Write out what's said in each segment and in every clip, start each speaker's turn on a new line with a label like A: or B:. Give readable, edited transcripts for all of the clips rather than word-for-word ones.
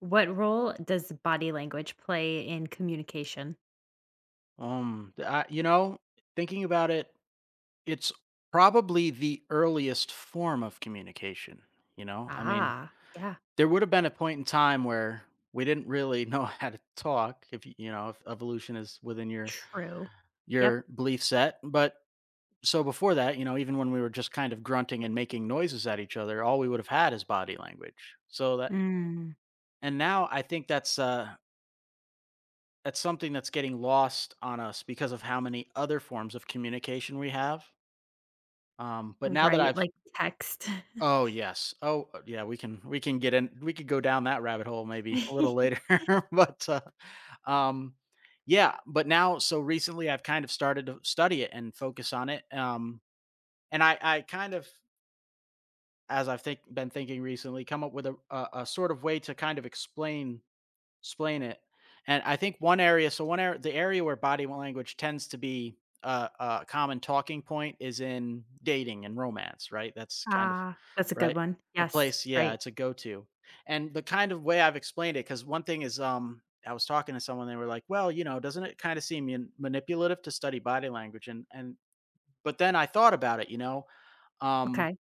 A: What role does body language play in communication?
B: Um, th- I, you know, Thinking about it, it's probably the earliest form of communication. I mean,
A: Ah, yeah,
B: there would have been a point in time where we didn't really know how to talk. If evolution is within your
A: true. Yep.
B: your belief set, but so before that, even when we were just kind of grunting and making noises at each other, all we would have had is body language. So that,
A: Mm.
B: and now I think that's something that's getting lost on us because of how many other forms of communication we have. But now that
A: Right,
B: I've
A: like text.
B: Oh, yes. Oh, yeah, we can get in we could go down that rabbit hole maybe a little later, but, um, yeah, but now so recently I've kind of started to study it and focus on it, and I kind of, as I've think been thinking recently, come up with a sort of way to kind of explain it, and I think one area so one ar the area where body language tends to be a common talking point is in dating and romance, right? That's kind of.
A: Ah, that's a good
B: Right?
A: one.
B: A
A: Yes,
B: place, yeah,
A: right.
B: it's a go-to. And the kind of way I've explained it. Because one thing is, I was talking to someone, they were like, "Well, you know, doesn't it kinda seem manipulative to study body language?" And But then I thought about it, you know? Um,
A: Okay.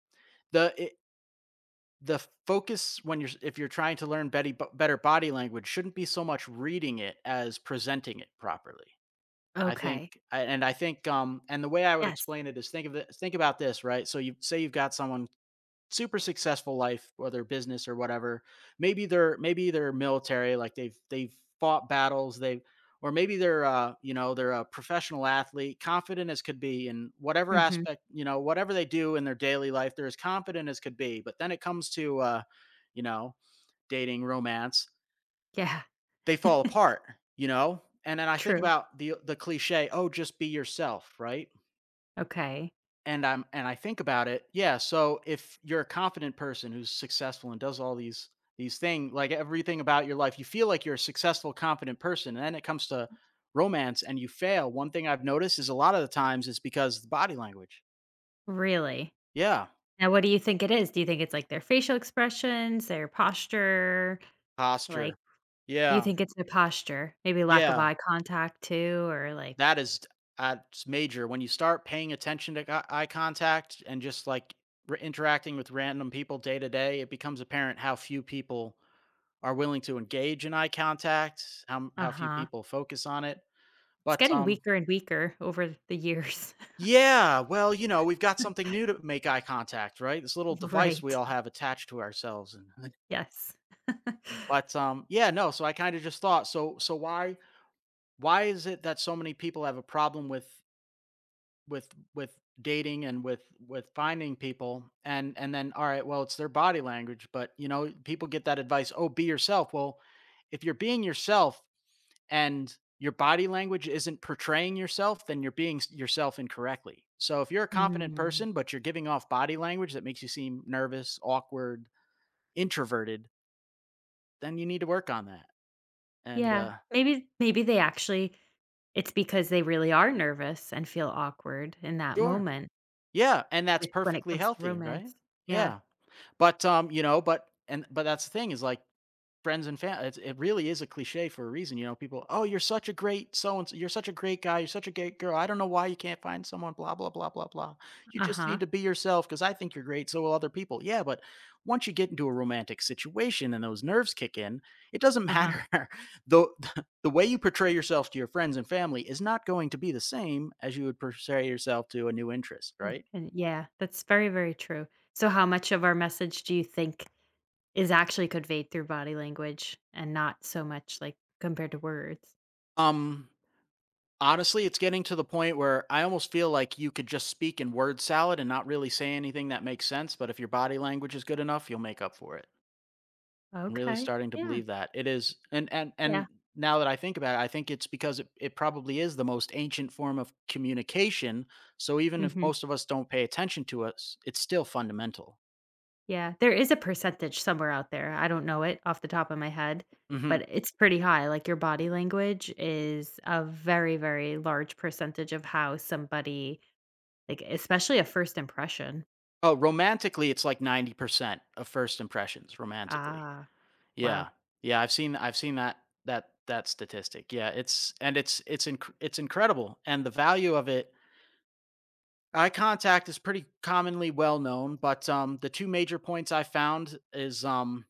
B: the it the focus when you're s if you're trying to learn betty better body language shouldn't be so much reading it as presenting it properly. I
A: Okay.
B: think a and I think, and the way I would
A: Yes.
B: explain it is think of it think about this, right? So you say you've got someone super successful life, whether business or whatever, maybe they're military, like they've fought battles, they've or maybe they're you know they're a professional athlete, confident as could be in whatever
A: Mhm.
B: aspect, whatever they do in their daily life, they're as confident as could be, but then it comes to you know dating, romance,
A: Yeah.
B: they fall apart. And then I think
A: True.
B: about the cliche, oh, just be yourself, right?
A: Okay.
B: And I think about it, yeah, so if you're a confident person who's successful and does all these things, like everything about your life, you feel like you're a successful, confident person. And then it comes to romance and you fail. One thing I've noticed is a lot of the times it's because of the body language.
A: Really?
B: Yeah.
A: Now what do you think it is? Do you think it's like their facial expressions, their posture?
B: Posture.
A: Like, you
B: Yeah.
A: think it's their posture? Maybe lack of
B: Yeah.
A: eye contact too or like
B: That is that's major. When you start paying attention to eye contact and just like interacting with random people day to day, it becomes apparent how few people are willing to engage in eye contact, how few
A: uh-huh.
B: people focus on it,
A: It's
B: but,
A: getting weaker and weaker over the years.
B: yeah, well, we've got something new to make eye contact, right? This little device we
A: Right.
B: all have attached to ourselves and
A: Yes.
B: but, yeah, no, so I kinda just thought, so why is it that so many people have a problem with with dating and with finding people and then, all right, well, it's their body language, but, people get that advice, "Oh, be yourself." Well, if you're being yourself and your body language isn't portraying yourself, then you're being yourself incorrectly. So if you're a confident
A: Mm.
B: person, but you're giving off body language that makes you seem nervous, awkward, introverted, then you need to work on that. And
A: Yeah. Maybe they actually it's because they really are nervous and feel awkward in that
B: sure.
A: moment
B: Yeah. And that's
A: with when it
B: perfectly
A: comes to
B: healthy, right?
A: romance. Yeah.
B: Yeah. But, you know, but and but that's the thing is like friends and family. It really is a cliche for a reason. People, oh, you're such a great so and so, you're such a great guy, you're such a great girl. I don't know why you can't find someone, blah, blah, blah, blah, blah. You just
A: Uh-huh.
B: need to be yourself because I think you're great, so will other people. Yeah, but once you get into a romantic situation and those nerves kick in, it doesn't
A: Uh-huh.
B: matter. the the way you portray yourself to your friends and family is not going to be the same as you would portray yourself to a new interest,
A: And
B: right?
A: and yeah, that's very, very true. So how much of our message do you think is actually conveyed through body language and not so much like compared to words?
B: Um Honestly, it's getting to the point where I almost feel like you could just speak in word salad and not really say anything that makes sense, but if your body language is good enough, you'll make up for it. I'm really
A: Okay.
B: starting to
A: Yeah.
B: believe that. It is. and and
A: Yeah.
B: and now that I think about it, I think it's because it probably is the most ancient form of communication. So even if
A: Mhm.
B: most of us don't pay attention to us, it's still fundamental.
A: Yeah, there is a percentage somewhere out there. I don't know it off the top of my head,
B: Hmm.
A: but it's pretty high. Like your body language is a very, very large percentage of how somebody, like especially a first impression.
B: Oh, romantically, it's like 90% of first impressions, romantically.
A: Ah, wow.
B: Yeah. Yeah, I've seen that that statistic. Yeah, it's incredible, and the value of it, eye contact is pretty commonly well known, but the two major points I found is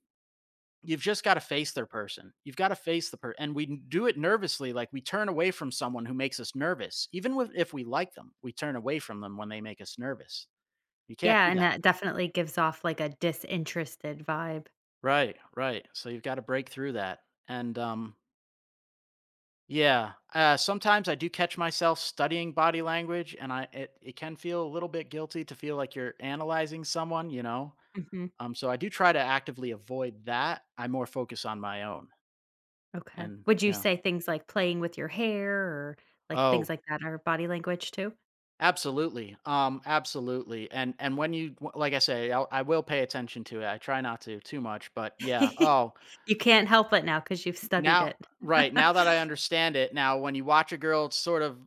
B: you've just got to face their person. You've got to face the person, and we do it nervously, like we turn away from someone who makes us nervous. Even with if we like them, we turn away from them when they make us nervous. You can't
A: Yeah,
B: do
A: and
B: that.
A: that definitely gives off like a disinterested vibe.
B: Right, right. So you've got to break through that. And Yeah. Sometimes I do catch myself studying body language, and it can feel a little bit guilty to feel like you're analyzing someone.
A: Mhm.
B: So I do try to actively avoid that. I more focus on my own,
A: Okay.
B: and
A: Would you
B: yeah.
A: say things like playing with your hair or like things
B: Oh,
A: like that are body language too?
B: absolutely. Absolutely. And like I say, I will pay attention to it. I try not to too much, but yeah. Oh.
A: You can't help it now because 'cause you've studied
B: Now
A: it.
B: Right, now that I understand it, now when you watch a girl sort of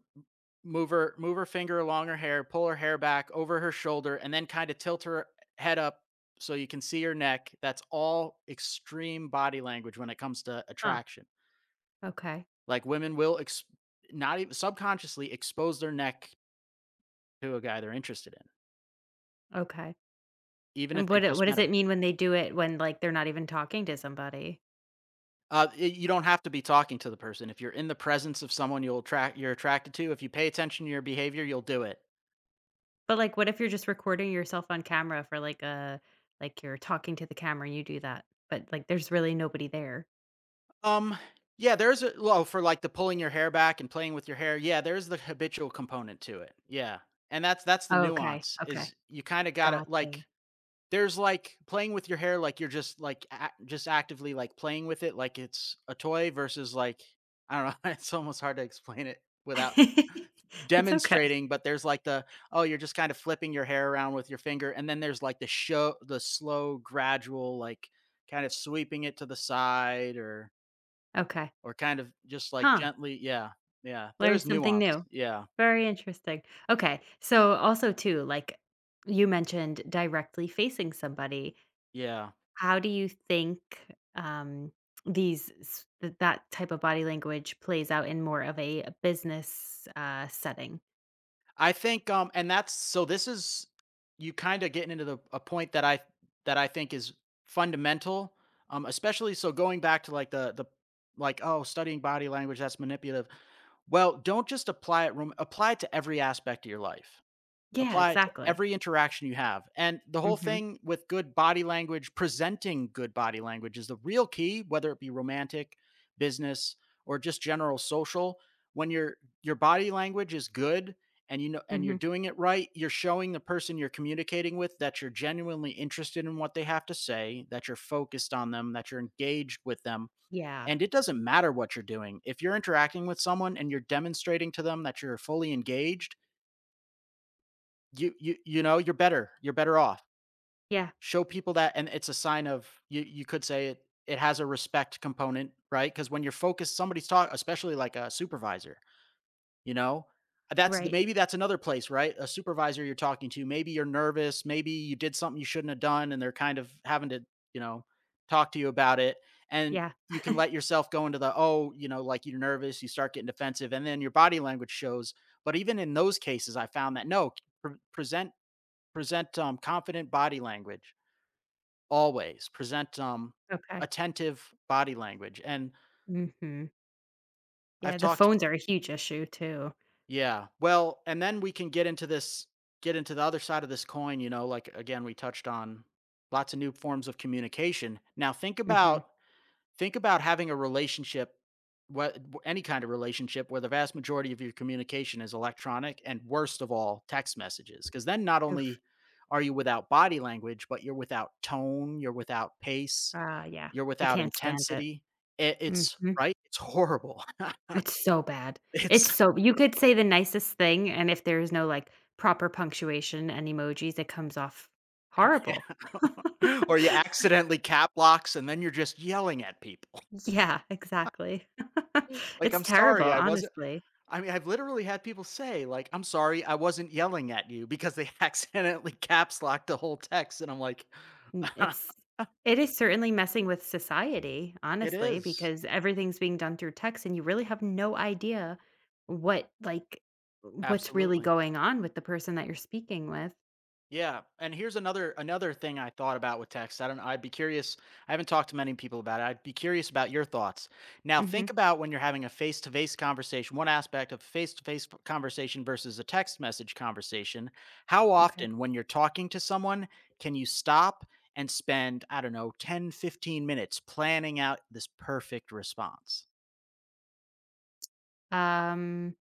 B: move her finger along her hair, pull her hair back over her shoulder, and then kinda tilt her head up so you can see her neck, that's all extreme body language when it comes to
A: Huh.
B: attraction.
A: Okay.
B: Like, women will ex not even subconsciously expose their neck to a guy they're interested in,
A: Okay.
B: even
A: And
B: if they
A: what it
B: just
A: what
B: met
A: does it
B: him.
A: mean when they do it when, like, they're not even talking to somebody?
B: Y You don't have to be talking to the person. If you're in the presence of someone you're attracted to, if you pay attention to your behavior, you'll do it.
A: But, like, what if you're just recording yourself on camera for, like, a like, you're talking to the camera and you do that, but, like, there's really nobody there?
B: Um, yeah, there's a well, for like the pulling your hair back and playing with your hair, yeah, there's the habitual component to it. Yeah. And that's the
A: Okay,
B: nuance
A: okay,
B: is you kind of got to,
A: gotcha.
B: like, there's like playing with your hair like you're just, like, just actively, like, playing with it like it's a toy versus like I don't know, it's almost hard to explain it without
A: It's okay.
B: demonstrating, but there's like the oh, you're just kind of flipping your hair around with your finger, and then there's like the slow, gradual, like, kind of sweeping it to the side or
A: Okay.
B: or kind of just, like,
A: Huh,
B: gently, yeah, yeah, there
A: learned
B: is
A: something
B: nuance.
A: new.
B: Yeah,
A: Very interesting. Okay, so also too, like, you mentioned directly facing somebody.
B: yeah.
A: How do you think, um, these s th that type of body language plays out in more of a business, setting?
B: I think, and that's so this is you kinda getting into the a point that I think is fundamental, especially, so going back to, like, the like, "Oh, studying body language, that's manipulative." Well, don't just apply it to every aspect of your life.
A: Yeah,
B: Apply it to
A: exactly.
B: every interaction you have. And the whole
A: Mhm,
B: thing with good body language, presenting good body language is the real key, whether it be romantic, business, or just general social. When your body language is good and you're
A: mhm.
B: doing it right, you're showing the person you're communicating with that you're genuinely interested in what they have to say, that you're focused on them, that you're engaged with them.
A: Yeah,
B: And it doesn't matter what you're doing. If you're interacting with someone and you're demonstrating to them that you're fully engaged, you're better. You're better off.
A: yeah,
B: Show people that, and it's a sign of you could say, it has a respect component, right, because when you're focused, somebody's talking, especially like a supervisor, you know? That's the
A: right.
B: maybe that's another place, right? A supervisor you're talking to, maybe you're nervous, maybe you did something you shouldn't have done, and they're kind of having to, you know, talk to you about it. And
A: Yeah,
B: you can let yourself go into the, oh, like you're nervous, you start getting defensive, and then your body language shows. But even in those cases, I found that no, present present, confident body language always, present,
A: okay.
B: attentive body language, and
A: Mhm. Yeah,
B: I've
A: the
B: talked
A: phones are a huge issue too.
B: yeah, well, and then we can get into this get into the other side of this coin, you know, like, again, we touched on lots of new forms of communication. Now
A: Mhm.
B: think about having a relationship, what any kind of relationship where the vast majority of your communication is electronic and worst of all, text messages. Because then not
A: Oof,
B: only are you without body language, but you're without tone, you're without pace,
A: ah, yeah.
B: you're
A: I
B: without
A: can't stand it.
B: intensity. It's
A: Mhm.
B: right. It's horrible.
A: It's so bad. It's
B: It's
A: so you could say the nicest thing, and if there's no, like, proper punctuation and emojis, it comes off
B: yeah.
A: horrible.
B: Or you accidentally cap locks and then you're just yelling at people.
A: Yeah, exactly.
B: Like,
A: It's
B: I'm
A: terrible,
B: sorry, I wasn't.
A: honestly.
B: I mean, I've literally had people say, like, I'm sorry, I wasn't yelling at you because they accidentally caps locked the whole text. And I'm like,
A: N it's it is certainly messing with society,
B: it
A: honestly,
B: is.
A: because everything's being done through text, and you really have no idea what, like what's really
B: Absolutely.
A: going on with the person that you're speaking with.
B: Yeah, and here's another thing I thought about with text. I'd be curious. I haven't talked to many people about it. I'd be curious about your thoughts. Now, think
A: Mhm,
B: about when you're having a face-to-face conversation, one aspect of face-to-face conversation versus a text message conversation. How
A: okay.
B: often when you're talking to someone can you stop and spend, I don't know, 10 15 minutes planning out this perfect response?
A: Um,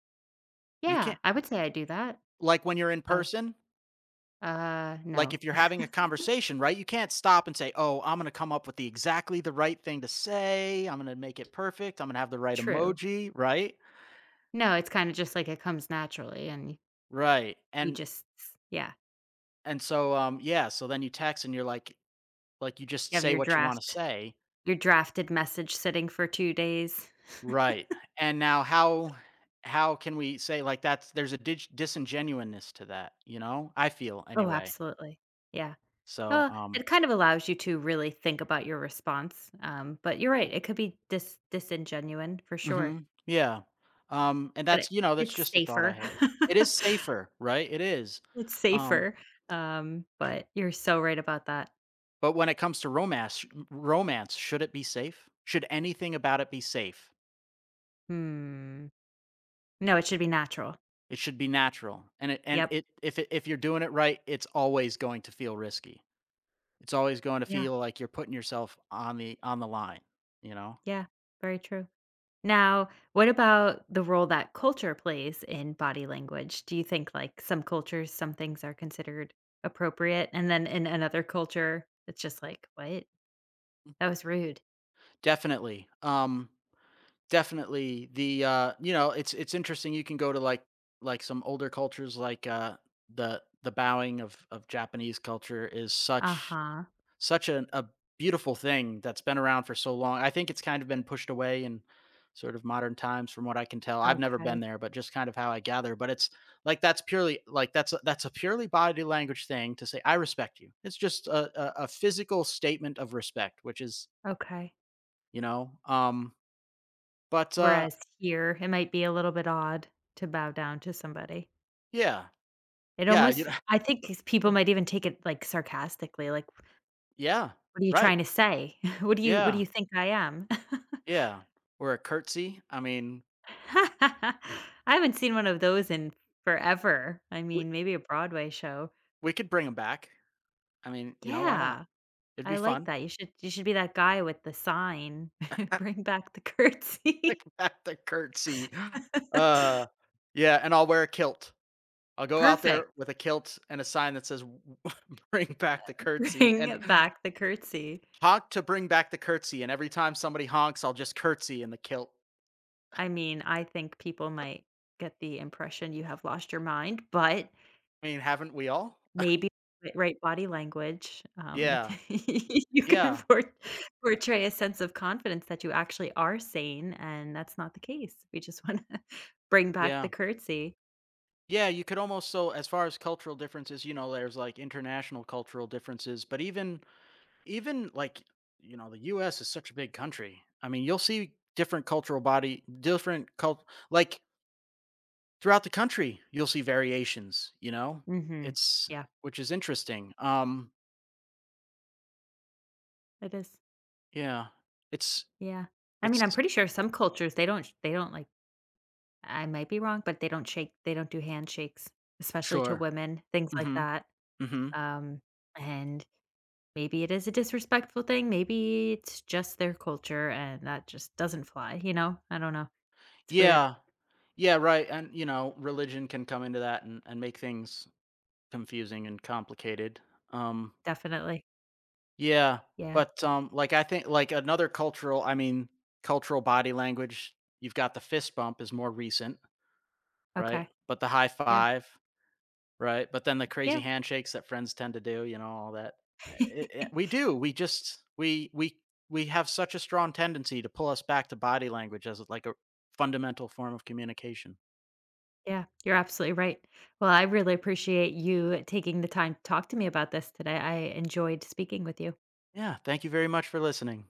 B: You
A: yeah,
B: can't
A: I would say I do that.
B: like when you're in
A: Oh,
B: person, like
A: no.
B: if you're having a conversation, right? You can't stop and say, "Oh, I'm going to come up with the exactly the right thing to say. I'm going to make it perfect. I'm going to have the right
A: True.
B: emoji," right?
A: No, it's kinda just like it comes naturally and
B: Right.
A: you
B: And
A: just yeah,
B: and so yeah, so then you text and you're like you
A: you
B: just
A: have
B: say
A: your
B: what you want to
A: draft.
B: say.
A: Your drafted message sitting for 2 days.
B: Right. And now how can we say like that's there's a dig disingenuousness to that, you know? I feel
A: Oh,
B: anyway.
A: absolutely. Yeah.
B: So
A: Well, it kind of allows you to really think about your response, but you're right, it could be disingenuine for sure,
B: mhm. Yeah. And
A: but it
B: that's you know, that's
A: it's
B: just a thought I
A: safer.
B: had. It is safer, right? It is.
A: It's
B: Um,
A: safer, but you're so right about that.
B: but when it comes to romance, should it be safe? Should anything about it be safe?
A: Hmm. No, it should be natural.
B: It should be natural. And
A: Yep.
B: it if you're doing it right, it's always going to feel risky. It's always going to
A: Yeah,
B: feel like you're putting yourself on the line, you know?
A: yeah, very true. Now, what about the role that culture plays in body language? Do you think, like, some cultures, some things are considered appropriate, and then in another culture, it's just like, "What? That was rude."
B: Definitely, definitely you know, it's interesting you can go to, like, some older cultures, like, the bowing of Japanese culture is such
A: Uh-huh.
B: such an, a beautiful thing that's been around for so long. I think it's kind of been pushed away in sort of modern times from what I can tell. I've never
A: Okay.
B: been there, but just kind of how I gather, but it's like that's purely like that's that's a purely body language thing to say I respect you. It's just a physical statement of respect, which is,
A: Okay.
B: you know, but
A: Whereas here, it might be a little bit odd to bow down to somebody.
B: yeah.
A: It
B: Yeah, you
A: almost I think these people might even take it, like, sarcastically, like,
B: yeah,
A: "What are you
B: right.
A: trying to say? What do you
B: Yeah.
A: think I am?"
B: Yeah. Or a curtsy. I mean,
A: I haven't seen one of those in forever. I
B: we,
A: mean, maybe a Broadway show.
B: we could bring them back. I mean, you know, why not?
A: Yeah,
B: It'd be
A: I like
B: fun.
A: that. You should be that guy with the sign. Bring back the
B: Like
A: curtsy.
B: that the curtsy. Uh, yeah, and I'll wear a kilt. I'll go out
A: Perfect.
B: there with a kilt and a sign that says, bring back the curtsy," and
A: Bring back the curtsy.
B: honk to bring back the curtsy, and every time somebody honks, I'll just curtsy in the kilt.
A: I mean, I think people might get the impression you have lost your mind, but
B: I mean, haven't we all?
A: maybe ri right body language,
B: Yeah.
A: you can
B: Yeah.
A: portray a sense of confidence that you actually are sane, and that's not the case. We just wanna bring back the
B: Yeah.
A: curtsy.
B: Yeah, you could almost so as far as cultural differences, you know, there's, like, international cultural differences, but even, like, you know, the US is such a big country. I mean, you'll see different cultural body different cult like throughout the country, you'll see variations, you know?
A: Mhm.
B: It's
A: Yeah,
B: which is interesting.
A: it is.
B: Yeah. It's
A: Yeah. I mean, I'm
B: it's
A: pretty sure some cultures, they don't, like I might be wrong, but they don't do handshakes, especially to
B: sure.
A: women, things like
B: Mhm.
A: that.
B: Mhm.
A: Um, and maybe it is a disrespectful thing, maybe it's just their culture, and that just doesn't fly, you know? I don't know. It's weird.
B: Yeah. Yeah, right, and, you know, religion can come into that and make things confusing and complicated. Um,
A: Definitely.
B: yeah,
A: Yeah.
B: but, like, I think another cultural I mean, cultural body language, you've got the fist bump is more recent, right?
A: Okay.
B: But the high
A: Yeah.
B: five right, but then the crazy
A: Yeah.
B: handshakes that friends tend to do, you know, all that. Eh, it we do, we just we have such a strong tendency to pull us back to body language as, like, a fundamental form of communication.
A: Yeah. You're absolutely right. Well, I really appreciate you taking the time to talk to me about this today. I enjoyed speaking with you.
B: Yeah, thank you very much for listening.